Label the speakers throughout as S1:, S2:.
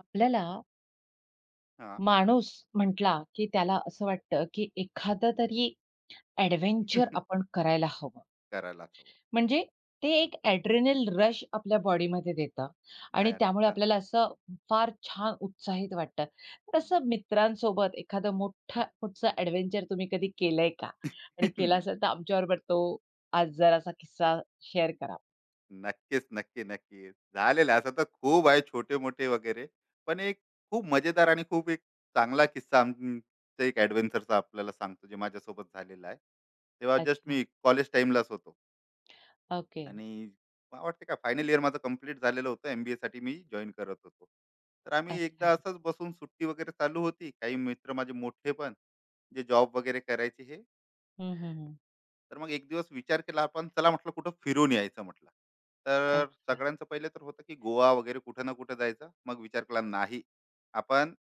S1: आपल्याला
S2: हां.
S1: माणूस म्हटला, की त्याला असं वाटतं, की एखादं तरी एडव्हेंचर आपण करायला हवं.
S2: करायलाच हवं.
S1: म्हणजे ते एक एड्रेनल रश आपल्या बॉडीमध्ये देतं आणि
S2: भयानक
S1: त्यामुळे
S2: हां.
S1: आपल्याला असं फार छान उत्साहित वाटतं. तसं मित्रांसोबत एखादं मोठं कुठचं एडव्हेंचर तुम्ही कधी केलंय का? आणि केला असेल तर आमच्याबरोबर तो आज जरासा किस्सा शेअर करा?
S2: नक्कीच, नक्की, नक्की. झालेलं आहे. असं तर खूप आहे छोटे-मोठे वगैरे. पण एक खूप मजेदार आणि खूप एक चांगला किस्सा आमचा एक एडव्हेंचरचा आपल्याला सांगतो, जे माझ्यासोबत झालेला आहे. तेव्हा जस्ट
S1: अच्छा.
S2: मी कॉलेज टाईमलाच होतो
S1: ओके.
S2: आणि मला वाटते का फायनल इयर माझं कंप्लीट झालेलं होतं. एम-बी-एसाठी मी जॉइन करत होतो. तर आम्ही एकदा
S1: अच्छा.
S2: असंच बसून सुट्टी वगैरे चालू होती. काही मित्र माझे मोठे पण, जे जॉब वगैरे करायचे हे
S1: हं, हं, हं.
S2: तर मग एक दिवस विचार केला आपण चला म्हटलं कुठं फिरून यायचं म्हटलं. तर
S1: अच्छा.
S2: सगळ्यांचं पहिले तर होतं की गोवा वगैरे कुठं ना कुठं जायचं मग विचार केला नाही आपण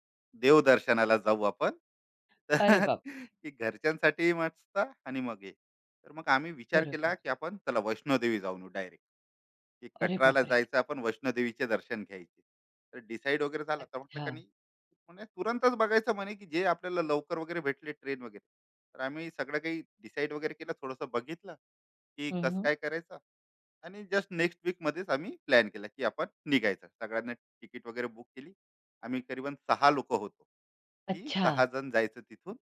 S2: देवदर्शनाला जाऊ आपण.
S1: अरे
S2: तर
S1: बापरे!
S2: की घरच्यांसाठी मस्त आणि मग हे तर मग आम्ही विचार केला
S1: बरोबर.
S2: की आपण चला वैष्णोदेवी जाऊन डायरेक्ट की
S1: अरे
S2: कटराला
S1: बापरे!
S2: जायचं आपण वैष्णोदेवीचे दर्शन घ्यायचे. तर डिसाईड वगैरे झाला तर म्हटलं
S1: अच्छा.
S2: का नाही म्हणजे तुरंतच बघायचं म्हणे की जे आपल्याला लवकर वगैरे भेटले ट्रेन वगैरे. तर आम्ही सगळं काही डिसाईड वगैरे केलं थोडंसं बघितलं की
S1: हं,
S2: कसं
S1: हं.
S2: काय करायचं. आणि जस्ट नेक्स्ट वीक मध्येच आम्ही प्लॅन केला की आपण निघायचं सगळ्यांना. तिकीट वगैरे बुक केली. आम्ही करीबन सहा लोक होतो की
S1: अच्छा,
S2: सहा जण जायचं तिथून.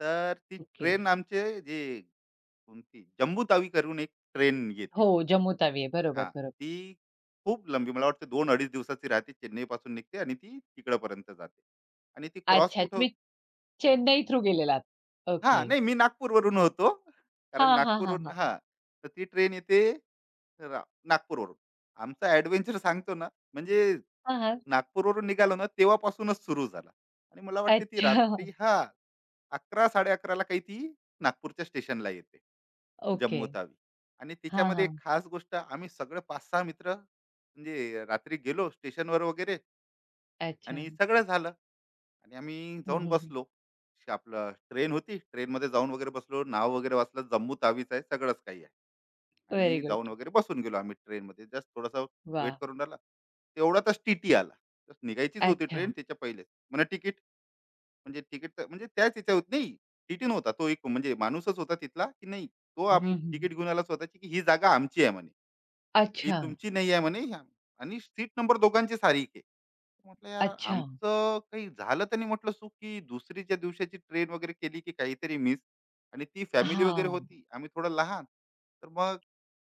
S2: तर ती
S1: ओके.
S2: ट्रेन आमचे जे कोणती जम्बूतावी करून एक ट्रेन येते.
S1: हो, जम्मू तावी आहे.
S2: हा
S1: बरोबर, बरोबर.
S2: ती खूप लंबी मला वाटतं दोन अडीच दिवसाची राहते चेन्नईपासून निघते आणि ती तिकडपर्यंत जाते आणि ती क्रॉस
S1: अच्छा,
S2: कुठं.
S1: तुम्ही चेन्नई थ्रू गेलेलात.
S2: हां,
S1: ओके.
S2: नाही मी नागपूरवरून होतो. कारण
S1: हां, हां, हां,
S2: नागपूरवरून
S1: हां.
S2: हां, तर ती ट्रेन येते रा नागपूरवरून. आमचा एडव्हेंचर सांगतो ना, म्हणजे
S1: हां, हां.
S2: नागपूरवरून निघालो ना, तेव्हापासूनच सुरू झाला. आणि मला वाटते ती
S1: अच्छा.
S2: रात्री हां, 11 साड़े ला काही ती नागपूरच्या स्टेशनला येते,
S1: ओके.
S2: जम्मू तावी. आणि
S1: हां,
S2: तिच्यामध्ये एक
S1: हां.
S2: खास गोष्ट, आम्ही सगळे 5-6 मित्र म्हणजे रात्री गेलो स्टेशनवर वगैरे
S1: अच्छा.
S2: आणि सगळं झालं. आणि आम्ही जाऊन बसलो. आपलं ट्रेन होती. ट्रेनमध्ये जाऊन वगैरे बसलो. नाव वगैरे वाचलं. जम्मू तावीज आहे. सगळंच काही आहे.
S1: व्हेरी
S2: आणि
S1: गुड.
S2: जाऊन वगैरे बसून गेलो आम्ही ट्रेनमध्ये. जस्ट थोडासा वेट
S1: वाह!
S2: करून राहिला. तेवढ्यातच टीटी आला. तर निघायचीच होती
S1: अच्छा.
S2: ट्रेन त्याच्या पहिलेच. म्हणा तिकीट म्हणजे तिकीट म्हणजे त्याच ह्याच्यावर नाही, टी नव्हता. तो एक म्हणजे माणूसच होता तिथला, की नाही तो
S1: हं,
S2: आम
S1: हं,
S2: तिकीट घेऊन आला स्वतःची, की ही जागा आमची आहे म्हणे. ही
S1: अच्छा,
S2: तुमची नाही आहे म्हणे. ह्या- आणि सीट नंबर दोघांची सारखी आहे. म्हटलं यार
S1: अच्छा.
S2: आमचं काही झालं तर नाही म्हटलं चूक की दुसरीच्या दिवसाची ट्रेन वगैरे केली की काहीतरी मिस. आणि ती फॅमिली वगैरे
S1: हां.
S2: होती आम्ही थोडं लहान. तर मग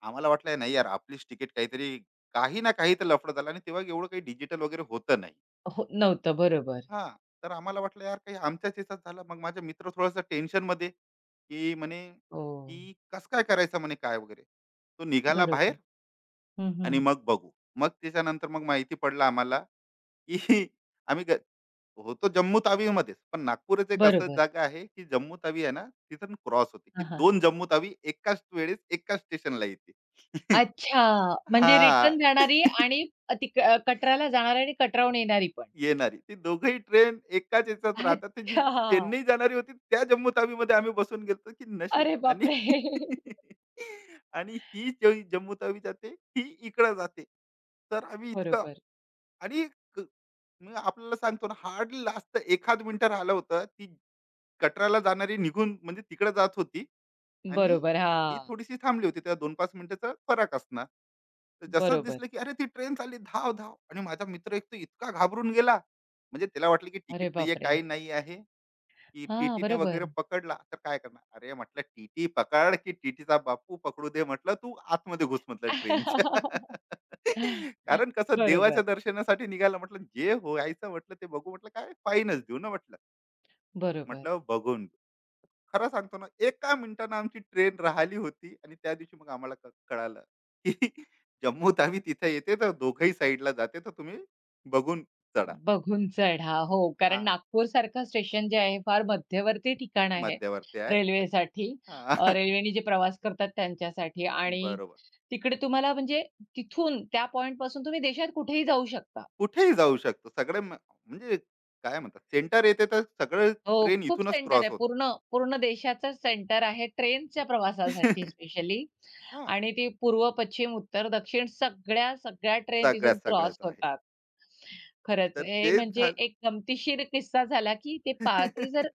S2: आम्हाला वाटलं नाही यार आपलीच तिकीट काहीतरी काही ना काही तर लफडं झालं आणि तेव्हा एवढं काही डिजिटल वगैरे होतं नाही.
S1: हो, नव्हतं. बरोबर.
S2: हा, तर आम्हाला वाटलं यार काही आमच्याच याच्यात झालं मग माझा मित्र थोडासा टेन्शन मध्ये की म्हणे
S1: हो,
S2: की कस काय करायचं म्हणे काय वगैरे. तो निघाला बाहेर
S1: बरोबर. हं,
S2: आणि
S1: हं.
S2: मग बघू. मग त्याच्यानंतर मग माहिती पडलं आम्हाला की आम्ही ग- होतो जम्मू तावीमध्येच पण नागपूर एक असं
S1: बरोबर.
S2: जागा आहे की जम्मू तावी आहे ना तिथून क्रॉस होते की
S1: हां, हां.
S2: दोन जम्मू तावी एकाच वेळेस एकाच स्टेशनला येते.
S1: अच्छा, म्हणजे
S2: हा.
S1: रिटर्न जाणारी आणि ती कटराला जाणारी आणि कटराहून येणारी पण.
S2: येणारी ती दोघही ट्रेन एकाच याच्यात राहतात ती जी
S1: अच्छा.
S2: चेन्नई जाणारी होती त्या जम्मू तावी मध्ये आम्ही बसून गेलो की नशीब.
S1: अरे
S2: आणि
S1: बापरे!
S2: आणि ही जी जम्मू तावी जाते ही इकडे जाते तर आम्ही इतकं.
S1: बरोबर,
S2: आणि क मग आपल्याला सांगतो ना, हार्डली लास्ट एखाद मिनिटं राहिलं होतं. ती गटाराला जाणारी निघून म्हणजे तिकडे जात होती आणि
S1: बरोबर.
S2: ही
S1: हां,
S2: थोडीशी थांबली होती. त्या दोन 5 मिनिटाचा फरक असणार. तर जसंच
S1: बरोबर.
S2: दिसलं, की "अरे, ती ट्रेन चालली, धाव, धाव!" आणि माझा मित्र एक तर इतका घाबरून गेला. म्हणजे त्याला वाटलं, की तिकीट
S1: अरे
S2: नाहीये,
S1: बापरे!
S2: काही नाही आहे. की
S1: हां,
S2: टीटीने वगैरे
S1: बरोबर.
S2: पकडला तर काय करणार? अरे म्हटलं टीटी पकड, की टीटीचा बापू पकडू दे म्हटलं तू आतमध्ये घुस म्हटलं ट्रेनच्या. कारण कसं देवाच्या
S1: बरोबर,
S2: दर्शनासाठी निघायला म्हटलं जे व्हायचं म्हटलं ते बघू म्हटलं काय फाईनच देऊ ना म्हटलं.
S1: बरोबर.
S2: म्हटलं बघून घेऊ. खरं सांगतो ना एका मिनिटानं आमची ट्रेन राहिली होती आणि त्या दिवशी मग आम्हाला कळालं, की जम्मू तावी तिथे येते तर दोघंही साईडला जाते तर तुम्ही बघून चढा.
S1: बघून चढा. हो,
S2: हा,
S1: कारण नागपूरसारखं स्टेशन जे आहे, फार मध्यवर्ती ठिकाण आहे
S2: मध्यवर्ती आहे.
S1: रेल्वेसाठी.
S2: हां,
S1: रेल्वेने जे प्रवास करतात त्यांच्यासाठी आणि
S2: बरोबर.
S1: तिकडे तुम्हाला म्हणजे तिथून त्या पॉइंटपासून तुम्ही देशात कुठेही जाऊ शकता.
S2: कुठेही जाऊ शकतो. सगळे म म्हणजे काय म्हणतात सेंटर येते तर सगळं
S1: हो,
S2: ट्रेन
S1: खूप
S2: इथूनच
S1: सेंटर
S2: क्रॉस
S1: आहे.
S2: होतात.
S1: पूर्ण पूर्ण देशाचंच सेंटर आहे ट्रेनच्या प्रवासासाठी स्पेशली
S2: हां,
S1: आणि ती पूर्व, पश्चिम, उत्तर, दक्षिण सगळ्या, सगळ्या ट्रेन तिथून
S2: सगळ्याच,
S1: क्रॉस
S2: सगळ्याच आहे.
S1: होतात. खरंच
S2: तर
S1: हे
S2: तेच
S1: म्हणजे
S2: झालं.
S1: एक गमतीशीर किस्सा झाला, की ते पा ते जर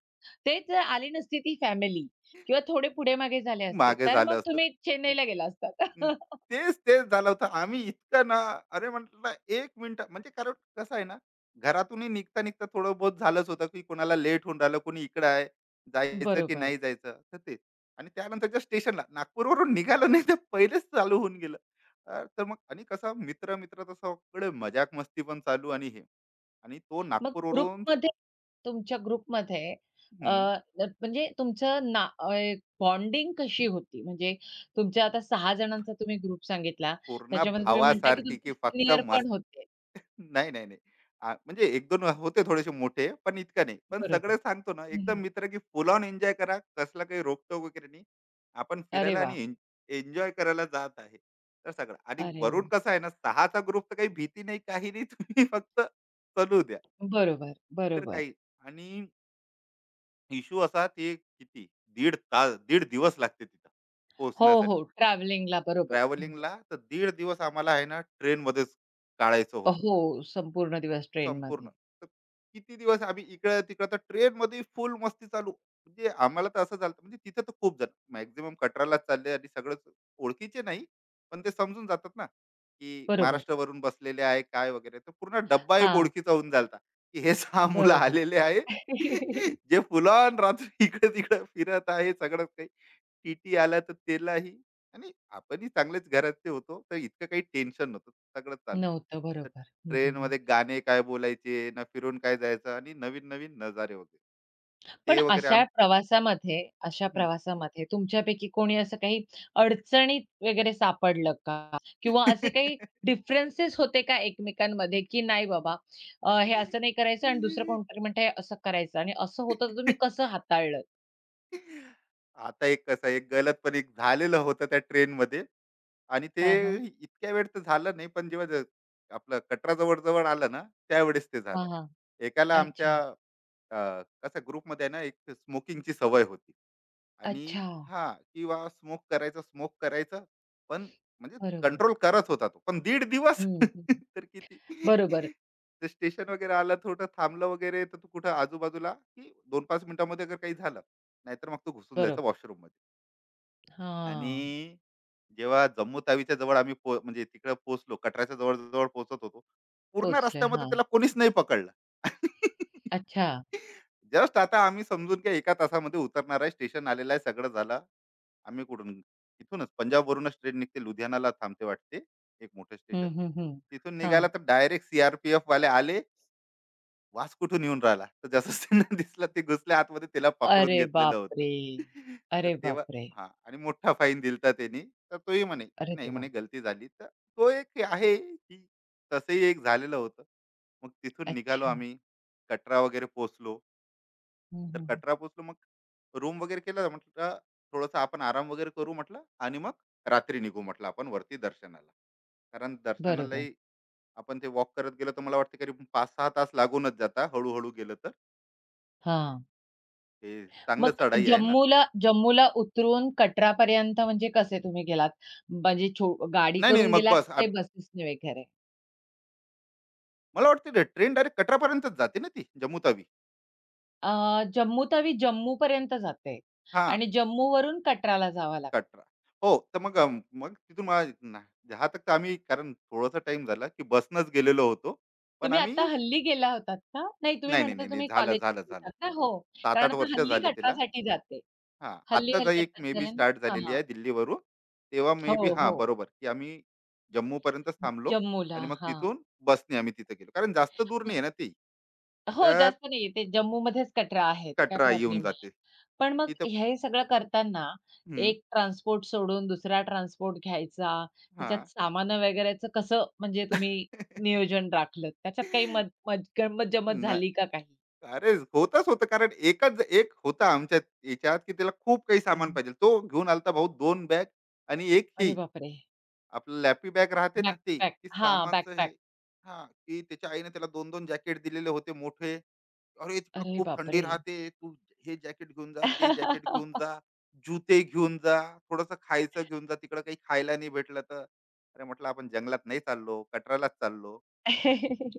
S1: ते जर आली नसती ती फॅमिली किंवा थोडे पुढे-मागे झाले असते,
S2: मागे
S1: तर
S2: झालं
S1: मग
S2: असतं.
S1: तुम्ही
S2: हं,
S1: चेन्नईला गेला असतात.
S2: हं. तेच, तेच झालं होतं. आम्ही इतकं ना अरे म्हटलं 1 मिनिट म्हणजे कारण कसं आहे ना, घरातूनही निघता-निघता थोडं बहुत झालंच होतं, की कोणाला लेट होऊन राहिलं, कोणी इकडं आहे, जायचं की
S1: बरोबर.
S2: नाही जायचं, तर ते. आणि त्यानंतरच्या स्टेशनला नागपूरवरून निघालो नाही तर पहिलेच चालू होऊन गेलं. अ, तर मग आणि कसं मित्र-मित्र तर सगळे मजाक-मस्ती पण चालू आणि हे. आणि तो
S1: मग
S2: नागपूरवरून
S1: ग्रुपमध्ये तुमच्या ग्रुपमध्ये अ, म्हणजे तुमचं ना बॉन्डिंग कशी होती? म्हणजे तुमच्या आता 6 जणांचा तुम्ही ग्रुप सांगितला.
S2: पूर्ण
S1: त्याच्यामध्ये तुम्ही म्हणताय की
S2: भावासारखी
S1: तुमचे
S2: की फक्त
S1: सीनियर पण
S2: मस्त.
S1: होते.
S2: नाही, नाही, नाही. आ, म्हणजे 1-2 होते थोडेसे मोठे, पण इतकं नाही. पण
S1: बरोबर.
S2: सगळं सांगतो ना, एकदम
S1: हं,
S2: मित्र की फुल ऑन एन्जॉय करा. कसला काही रोकटोक वगैरे नाही. आपण
S1: अरे
S2: फिरायला
S1: वा,
S2: आणि एन्जॉय करायला जात आहे. तर सगळं आणि
S1: अरे वा,
S2: वरून कसं आहे ना, 6 ग्रुप तर काही भीती नाही, काही नाही. तुम्ही फक्त चलू द्या.
S1: बरोबर,
S2: तर
S1: बरोबर.
S2: काही आणि इश्यू असा ते किती दीड तास, दीड दिवस लागते तिथं
S1: हो,
S2: पोहोचण्यासाठी.
S1: हो. ट्रॅव्हलिंगला बरोबर, बरोबर.
S2: ट्रॅव्हलिंगला तर दीड दिवस आम्हाला आहे ना ट्रेनमध्येच काढायचं होतं
S1: हो, संपूर्ण दिवस
S2: संपूर्ण.
S1: ट्रेनमध्ये.
S2: तर किती दिवस आम्ही इकडं-तिकडं तर ट्रेनमध्ये फुल मस्ती चालू. म्हणजे आम्हाला तर असं झालं म्हणजे तिथे तर खूप जण मॅक्सिमम कटरालाच चालले आणि सगळंच ओळखीचे नाही, पण ते समजून जातात ना, की
S1: बरोबर.
S2: महाराष्ट्रावरून बसलेले आहे काय वगैरे. तर पूर्ण डब्बा एक
S1: हां,
S2: ओळखीचा होऊन झाला की हे 6 मुलं
S1: बरोबर.
S2: आलेले आहे. जे फुल रात्री इकडं-तिकडं फिरत आहे सगळंच काही. टीटी आला तर त्यालाही आणि आपणही चांगलेच घरातले होतो, तर इतकं काही टेन्शन नव्हतं. सगळं चालू.
S1: नव्हतं.
S2: तर
S1: बरोबर. हं,
S2: ट्रेनमध्ये गाणे काय बोलायचे, ना फिरून काय जायचं आणि नवीन-नवीन नजारे वगैरे.
S1: पण
S2: ते वगैरे
S1: अशा
S2: आम
S1: प्रवासामध्ये अशा
S2: हं.
S1: प्रवासामध्ये तुमच्यापैकी कोणी असं काही अडचणीत वगैरे सापडलं का? किंवा असे काही डिफरन्सेस होते का एकमेकांमध्ये, की नाही बाबा हे असं नाही करायचं आणि दुसरं कोणतरी म्हणतंय असं करायचं आणि असं होतं तर तुम्ही कसं हाताळलं?
S2: आता एक कसं एक गलत पण एक झालेलं होतं त्या ट्रेनमध्ये आणि ते
S1: हां, हां.
S2: इतक्या वेळ तर झालं नाही, पण जेव्हा आपलं कटरा जवळ-जवळ आलं ना, त्यावेळेस ते झालं.
S1: हां, हां.
S2: एकाला
S1: अच्छा.
S2: आमच्या, अ, कसं ग्रुपमध्ये ना, एक स्मोकिंगची सवय होती. आणि
S1: अच्छा.
S2: हां, किंवा स्मोक करायचं, स्मोक करायचं. पण म्हणजे
S1: बरोबर.
S2: कंट्रोल करत होता तो. पण दीड दिवस
S1: हं, हं.
S2: तर किती?
S1: बरोबर,
S2: तर स्टेशन वगैरे आलं, थोडं थांबलं वगैरे, तर तू कुठं आजूबाजूला की 2-5 मिनिटांमध्ये अगर काही झालं, नाहीतर मग तू घुसून
S1: बरोबर.
S2: जायचा वॉशरूममध्ये.
S1: हां.
S2: आणि जेव्हा जम्मू तावीच्या जवळ आम्ही म्हणजे तिकडे पोहोचलो, कटराच्या जवळ-जवळ पोहोचत होतो. पूर्ण
S1: पोहोचले.
S2: रस्त्यामध्ये
S1: हां.
S2: त्याला कोणीच नाही पकडलं.
S1: अच्छा.
S2: जस्ट आता आम्ही समजून की 1 तासामध्ये उतरणार आहे, स्टेशन आलेलं आहे, सगळं झालं. आम्ही कुठून इथूनच पंजाबवरूनच ट्रेन निघते लुधियानाला थांबते वाटते एक मोठं स्टेशन.
S1: हं, हं, हं.
S2: तिथून निघायला
S1: हां.
S2: तर डायरेक्ट सीआरपीएफ वाले आले. वास कुठून येऊन राहिला तर जसं त्यांना दिसलं ते घुसले आतमध्ये त्याला पकडून
S1: अरे
S2: घेतलेलं
S1: बापरे!
S2: होतं. तर
S1: अरे
S2: तेव्हा
S1: बापरे!
S2: हा आणि मोठा फाईन दिलता त्यांनी. तर तोही म्हणे की
S1: अरे
S2: नाही
S1: देवा!
S2: म्हणे गलती झाली. तर तो एक हे आहे की तसंही एक झालेलं होतं. मग तिथून निघालो
S1: अच्छा.
S2: आम्ही कटरा वगैरे पोचलो.
S1: हं,
S2: जर
S1: हं.
S2: कटरा पोचलो मग रूम वगैरे केला म्हटलं थोडासा आपण आराम वगैरे करू म्हटलं आणि मग रात्री निघू म्हटलं आपण वरती दर्शनाला. कारण
S1: बरोबर.
S2: दर्शनालाही आपण ते वॉक करत गेलो तर मला वाटतं कधी पाच सहा तास लागूनच जाता हळूहळू गेलं तर.
S1: हां.
S2: हे चांगलं
S1: मग
S2: चढाई आहे ना.
S1: जम्मूला जम्मूला उतरून कटरापर्यंत म्हणजे कसे तुम्ही गेलात? म्हणजे छो गाडी
S2: नाही नाही
S1: करून
S2: मग
S1: गेलात
S2: बस
S1: की काही
S2: आम्ही
S1: बसेसने वगैरे?
S2: मला वाटतं ट्रेन डायरेक्ट कटरापर्यंतच जाते ना ती जम्मू तावी.
S1: अ, जम्मू तवी जम्मूपर्यंत जाते
S2: हां,
S1: आणि जम्मूवरून कटराला जावं लागतं.
S2: कटरा. हो तर मग अम, मग तिथून मला ना- दहा तक तर आम्ही कारण थोडासा टाइम झाला की बसनंच गेलेलो होतो पण
S1: तुम्ही आता
S2: आम्ही.
S1: हल्ली गेला होतात का? नाही तुम्ही
S2: नाही, नाही,
S1: म्हणता
S2: नाही, नाही.
S1: तुम्ही
S2: झालं,
S1: कॉलेज
S2: झालं, झालं.
S1: ना? हो. कारण
S2: 7-8
S1: आता
S2: वर्ष
S1: हल्ली
S2: झाले तिला.
S1: कटरासाठी जाते.
S2: हां, आत्ताच
S1: हल्ली-हल्ली
S2: एक मे
S1: आताच
S2: बी
S1: झालं ना?
S2: स्टार्ट झालेली
S1: हां.
S2: आहे दिल्लीवरून. तेव्हा
S1: हो,
S2: मे बी हां,
S1: हो.
S2: बरोबर, की आम्ही जम्मूपर्यंतच थांबलो.
S1: जम्मूला.
S2: आणि मग
S1: हां.
S2: तिथून बसने आम्ही तिथे गेलो. कारण जास्त दूर नाही आहे ना ती.
S1: हो,
S2: तर
S1: जास्त नाहीये. ते जम्मूमध्येच कटरा आहे. ते काही
S2: कटरा येऊन
S1: प्रॉब्लेम
S2: जाते.
S1: नाहीये. पण मग
S2: तिथं
S1: हे सगळं करताना
S2: हं,
S1: एक ट्रान्सपोर्ट सोडून दुसरा ट्रान्सपोर्ट घ्यायचा,
S2: हां.
S1: त्याच्यात सामानं वगैरेचं कसं म्हणजे तुम्ही
S2: ना
S1: नियोजन राखलत? त्याच्यात काही मज मज गंमत-जंमत झाली का काही?
S2: अरे, होतच होतं कारण एकच एक होता आमच्या याच्यात, की त्याला खूप काही सामान
S1: हं.
S2: पाहिजे. तो घेऊन आला भाऊ 2 बॅग आणि 1
S1: अरे
S2: ही.
S1: बापरे!
S2: आपलं लॅपी बॅग राहते ना ते,
S1: बॅकपॅक
S2: की
S1: हां,
S2: सामानचं हे.
S1: बॅकपॅक.
S2: हां, की त्याच्या आईने त्याला दोन-दोन जॅकेट दिलेले होते मोठे. "अरे, तिकडे
S1: अरे
S2: खूप थंडी
S1: बापरे!
S2: राहते. तू हे जॅकेट घेऊन जा, ते जॅकेट घेऊन जा, जुते घेऊन जा, थोडंसं खायचं घेऊन जा, तिकडं काही खायला नाही भेटलं तर." अरे, म्हटलं आपण जंगलात नाही चाललो, कटरालाच चाललो,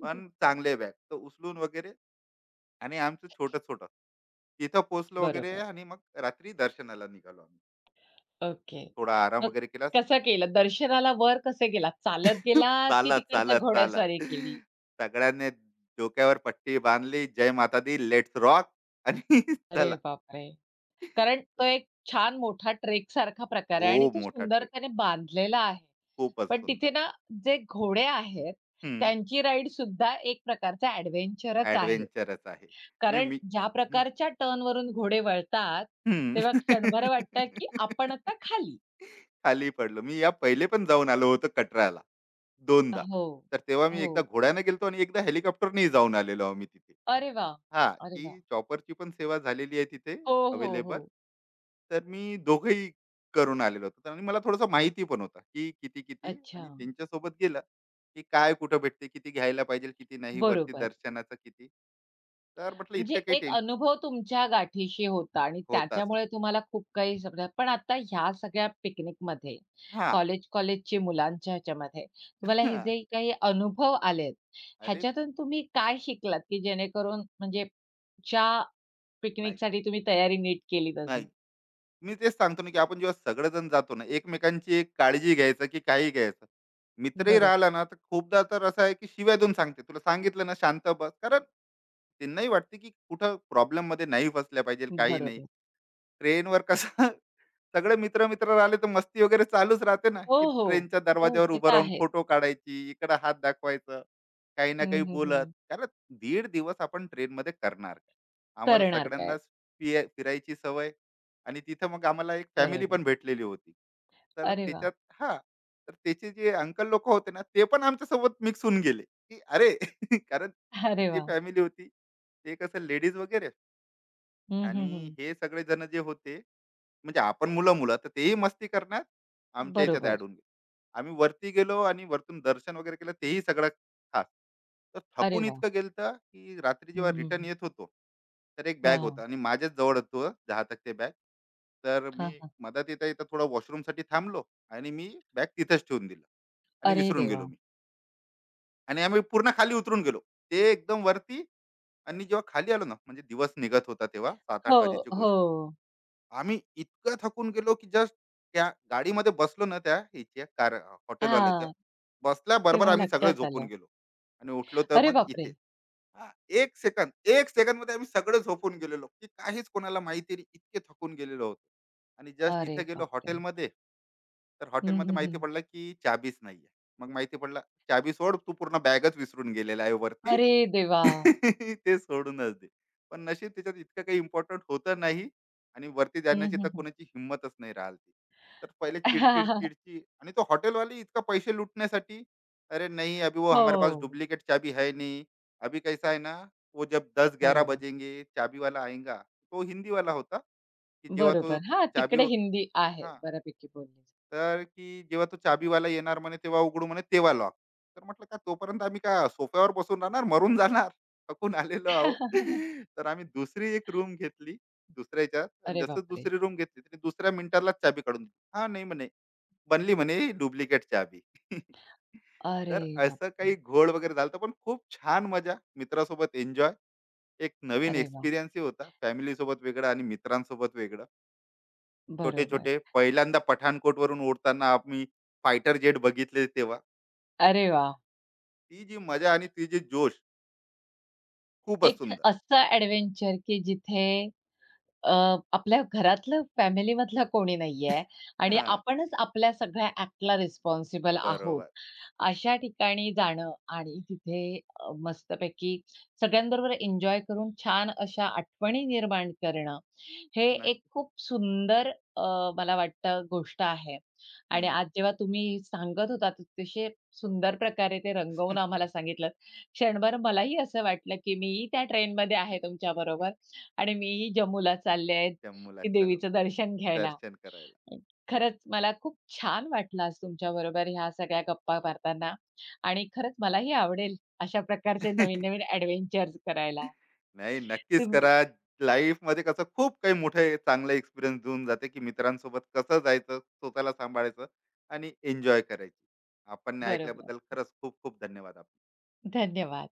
S2: पण चांगले बॅग. तर उचलून वगैरे आणि आमचं छोटं-छोटं. तिथं पोहोचलो वगैरे
S1: बरोबर.
S2: आणि मग रात्री दर्शनाला निघालो आम्ही.
S1: ओके.
S2: थोडा आराम
S1: मग
S2: वगैरे केला.
S1: कसं केलं? दर्शनाला वर कसे गेलात? चालत गेलात की
S2: चला,
S1: तिकडच्या
S2: चला, चला.
S1: घोडेस्वारी केली?
S2: सगळ्यांनी डोक्यावर पट्टी बांधली. जय माता दी, लेट्स रॉक आणि
S1: अरे
S2: चला.
S1: बापरे! कारण तो एक छान मोठा ट्रेकसारखा प्रकार आहे आणि
S2: खूप
S1: तो
S2: मोठा
S1: सुंदर
S2: ट्रेक.
S1: सुंदरतेने बांधलेला आहे.
S2: खूपच
S1: पण
S2: सुंदर.
S1: तिथे ना जे घोडे आहेत,
S2: हं.
S1: त्यांची राईडसुद्धा एक प्रकारचा ॲडव्हेंचरच आहे.
S2: एडव्हेंचरच आहे. आणि
S1: कारण
S2: मी
S1: ज्या
S2: हं,
S1: प्रकारच्या टर्नवरून घोडे वळतात,
S2: हं.
S1: तेव्हा क्षणभर वाटतं, की आपण आता खाली.
S2: खाली पडलो. मी या पहिले पण जाऊन आलो होतो कटराला, दोनदा.
S1: हो,
S2: तर तेव्हा मी एकदा
S1: हो.
S2: घोड्याने गेलो होतो आणि एकदा हेलिकॉप्टरनेही जाऊन आलेलो आहोत मी तिथे.
S1: अरे वाह!
S2: हां,
S1: अरे
S2: की
S1: वाह!
S2: चॉपरची पण सेवा झालेली आहे तिथे
S1: हो, हो, हो.
S2: अवेलेबल. तर मी दोघंही करून आलेलो होतो तर आणि मला थोडंसं माहिती पण होतं, की किती-किती
S1: अच्छा.
S2: आणि त्यांच्यासोबत गेलं, की काय कुठं भेटते, किती घ्यायला पाहिजे, किती नाही, वरती
S1: बरोबर.
S2: दर्शनाचं किती. तर म्हटलं
S1: म्हणजे
S2: इतकं काही
S1: एक
S2: टेन
S1: अनुभव तुमच्या गाठीशी होता आणि
S2: होताच होता.
S1: त्याच्यामुळे तुम्हाला खूप काही समजा पण आता ह्या सगळ्या पिकनिकमध्ये
S2: हां,
S1: कॉलेज कॉलेजची मुलांच्या ह्याच्यामध्ये तुम्हाला हे जे काही अनुभव आलेत,
S2: अरे
S1: ह्याच्यातून तुम्ही काय शिकलात, की जेणेकरून म्हणजे ज्या
S2: नाही,
S1: पिकनिकसाठी तुम्ही तयारी नीट केलीत अजून?
S2: नाही. मी तेच सांगतो ना, की आपण जेव्हा सगळेजण जातो ना, एकमेकांची एक काळजी घ्यायचं की काही घ्यायचं. मित्रही
S1: बरोबर,
S2: राहिला ना, तर खूपदा तर असं आहे की शिव्या देऊन सांगते, "तुला सांगितलं ना शांत बस." कारण त्यांनाही वाटते की कुठं प्रॉब्लेममध्ये नाही फसल्या पाहिजे, काही नाही.
S1: बरोबर.
S2: ट्रेनवर कसं सगळे मित्र-मित्र राहिले तर मस्ती वगैरे चालूच राहते ना,
S1: हो,
S2: की
S1: हो.
S2: ट्रेनच्या
S1: हो,
S2: दरवाज्यावर
S1: ते
S2: उभं
S1: तर
S2: राहून
S1: आहेत.
S2: फोटो काढायची, इकडं हात दाखवायचं, काही ना
S1: हं,
S2: काही
S1: हं,
S2: बोलत.
S1: हं.
S2: कारण दीड दिवस आपण ट्रेनमध्ये करणार काय? आम्हाला
S1: करणार काय?
S2: सगळ्यांनाच फिरायची सवय. आणि तिथं मग आम्हाला एक फॅमिली
S1: बरोबर.
S2: पण भेटलेली होती. तर
S1: अरे वाह!
S2: त्याच्यात हां, तर त्याचे जे अंकल लोकं होते ना, ते पण आमच्यासोबत मिक्स होऊन गेले, की अरे, कारण
S1: अरे
S2: तिची
S1: वाह!
S2: फॅमिली होती. ते कसं लेडीज वगैरे
S1: हं, हं,
S2: आणि
S1: हं.
S2: हे सगळे जण जे होते म्हणजे आपण मुलं-मुलं तर तेही मस्ती करणार, आमच्या ह्याच्यात
S1: बरोबर.
S2: ॲड होऊन गेले. आम्ही वरती गेलो आणि वरतून दर्शन वगैरे केलं तेही सगळं खास. तर
S1: अरे
S2: थकून
S1: वाह!
S2: इतकं गेलतं, की रात्री जेव्हा
S1: हं,
S2: रिटर्न
S1: हं,
S2: येत होतो, तर एक बॅग
S1: वॉव!
S2: होता आणि माझ्याच जवळ होतं 10 टक्के बॅग. तर मी
S1: हां, हां.
S2: मधात येता-येता थोडं वॉशरूमसाठी थांबलो आणि मी बॅग तिथेच ठेवून दिलं आणि
S1: अरे
S2: विसरून गेलो
S1: देवा!
S2: मी. आणि आम्ही पूर्ण खाली उतरून गेलो. ते एकदम वरती. आणि जेव्हा खाली आलो ना, म्हणजे दिवस निघत होता तेव्हा 7:00-8:00
S1: हो,
S2: वाजेची
S1: हो.
S2: गोष्ट. आम्ही इतकं थकून गेलो की जस्ट त्या गाडीमध्ये बसलो ना त्या ह्याच्या कार हॉटेलवाल्याच्या
S1: हां,
S2: बसल्याबरोबर
S1: तेव्हा
S2: आम्ही सगळे
S1: लक्षात
S2: झोपून
S1: आलं.
S2: गेलो. आणि उठलो तर
S1: अरे
S2: मग इथे
S1: बापरे!
S2: हा, एक सेकंद एक सेकंद मध्ये आम्ही सगळे झोपून गेलेलो की काहीच कोणाला माहिती नाही इतके थकून गेलेलो होतो. आणि जस्ट
S1: अरे
S2: इथे गेलो
S1: बापरे!
S2: हॉटेलमध्ये. तर
S1: हं,
S2: हॉटेलमध्ये
S1: हं,
S2: माहिती
S1: हं.
S2: पडलं की चाबीच नाहीये. मग माहिती पडलं चाबी सोड तू पूर्ण बॅगच विसरून गेलेला आहे वरती.
S1: अरे देवा!
S2: ते सोडूनच दे. पण नशीब त्याच्यात इतकं काही इम्पोर्टंट होतं नाही आणि वरती
S1: हं,
S2: जाण्याची तर
S1: हं, हं.
S2: कोणाची हिंमतच नाही राहिली होती. तर पहिले चिड-चिड, चिड-चिड आणि तो हॉटेलवाले इतका पैसे लुटण्यासाठी, "अरे नहीं, अभी वो हमारे पास
S1: हो,
S2: डुप्लीकेट चाबी है नहीं. अभी कैसा है ना, वो जब 10-11
S1: बरोबर.
S2: बजेंगे, चाबी वाला आएगा." तो हिंदी वाला होता, की जेव्हा तो
S1: बरोबर. हां,
S2: चाबी
S1: तिकडे
S2: वग
S1: हिंदी आहे
S2: हां.
S1: बऱ्यापैकी बोलली
S2: तर की जेव्हा तो चाबीवाला येणार म्हणे तेव्हा उघडू म्हणे तेव्हा लॉक. तर म्हटलं का तोपर्यंत आम्ही का सोफ्यावर बसून राहणार, मरून जाणार. थकून
S1: जाते.
S2: आलेलो आहोत. तर आम्ही दुसरी एक रूम घेतली दुसऱ्या ह्याच्यात आणि
S1: अरे
S2: जसं
S1: बापरे!
S2: दुसरी रूम घेतली तरी दुसऱ्या मिनिटालाच चाबी काढून दिली. हां, नाही म्हणे. बनली म्हणे डुप्लिकेट चाबी.
S1: अरे
S2: तर असं
S1: बापरे!
S2: काही घोळ वगैरे झालं पण खूप छान मजा, मित्रासोबत एन्जॉय. एक नवीन
S1: अरे वाह!
S2: एक्सपिरियन्सही होता. फॅमिलीसोबत वेगळं आणि मित्रांसोबत वेगळं. छोटे
S1: बरोबर.
S2: छोटे पहिल्यांदा पठाणकोट वरून ओढताना आम्ही फायटर जेट बघितले तेव्हा
S1: अरे वाह!
S2: ती जी मजा आणि ती जी जोश खूपच
S1: एक
S2: सुंदर.
S1: असं एडव्हेंचर की जिथे अ, आपल्या घरातलं फॅमिलीमधला कोणी नाहीये आणि
S2: हा,
S1: आपणच आपल्या सगळ्या ॲक्टला रिस्पॉन्सिबल आहोत.
S2: बरोबर,
S1: अशा ठिकाणी जाणं आणि तिथे मस्तपैकी सगळ्यांबरोबर एन्जॉय करून छान अशा आठवणी निर्माण करणं, हे एक
S2: नक्की.
S1: खूप सुंदर अ, मला वाटतं गोष्ट आहे. आणि
S2: हम्म.
S1: आज जेव्हा तुम्ही सांगत होता अतिशय सुंदर प्रकारे ते रंगवून आम्हाला सांगितलंत. क्षणभर मलाही असं वाटलं, की मीही त्या ट्रेनमध्ये आहे तुमच्याबरोबर आणि मीही जम्मूला चालले आहेत,
S2: जम्मूला
S1: की
S2: चलो
S1: देवीचं दर्शन घ्यायला.
S2: दर्शन करायला.
S1: खरंच मला खूप छान वाटलं आज तुमच्याबरोबर ह्या सगळ्या गप्पा मारताना आणि खरंच मलाही आवडेल अशा प्रकारचे नवीन-नवीन एडव्हेंचर्स करायला.
S2: नाही नक्कीच
S1: तुम्ही
S2: करा. लाईफ मध्ये कसं खूप काही मोठे चांगले एक्सपिरियन्स देऊन जाते की मित्रांसोबत कसं जायचं स्वतःला सांभाळायचं आणि एन्जॉय करायची. आपण
S1: बरोबर.
S2: ऐकल्याबद्दल खरंच खूप खूप धन्यवाद.
S1: धन्यवाद.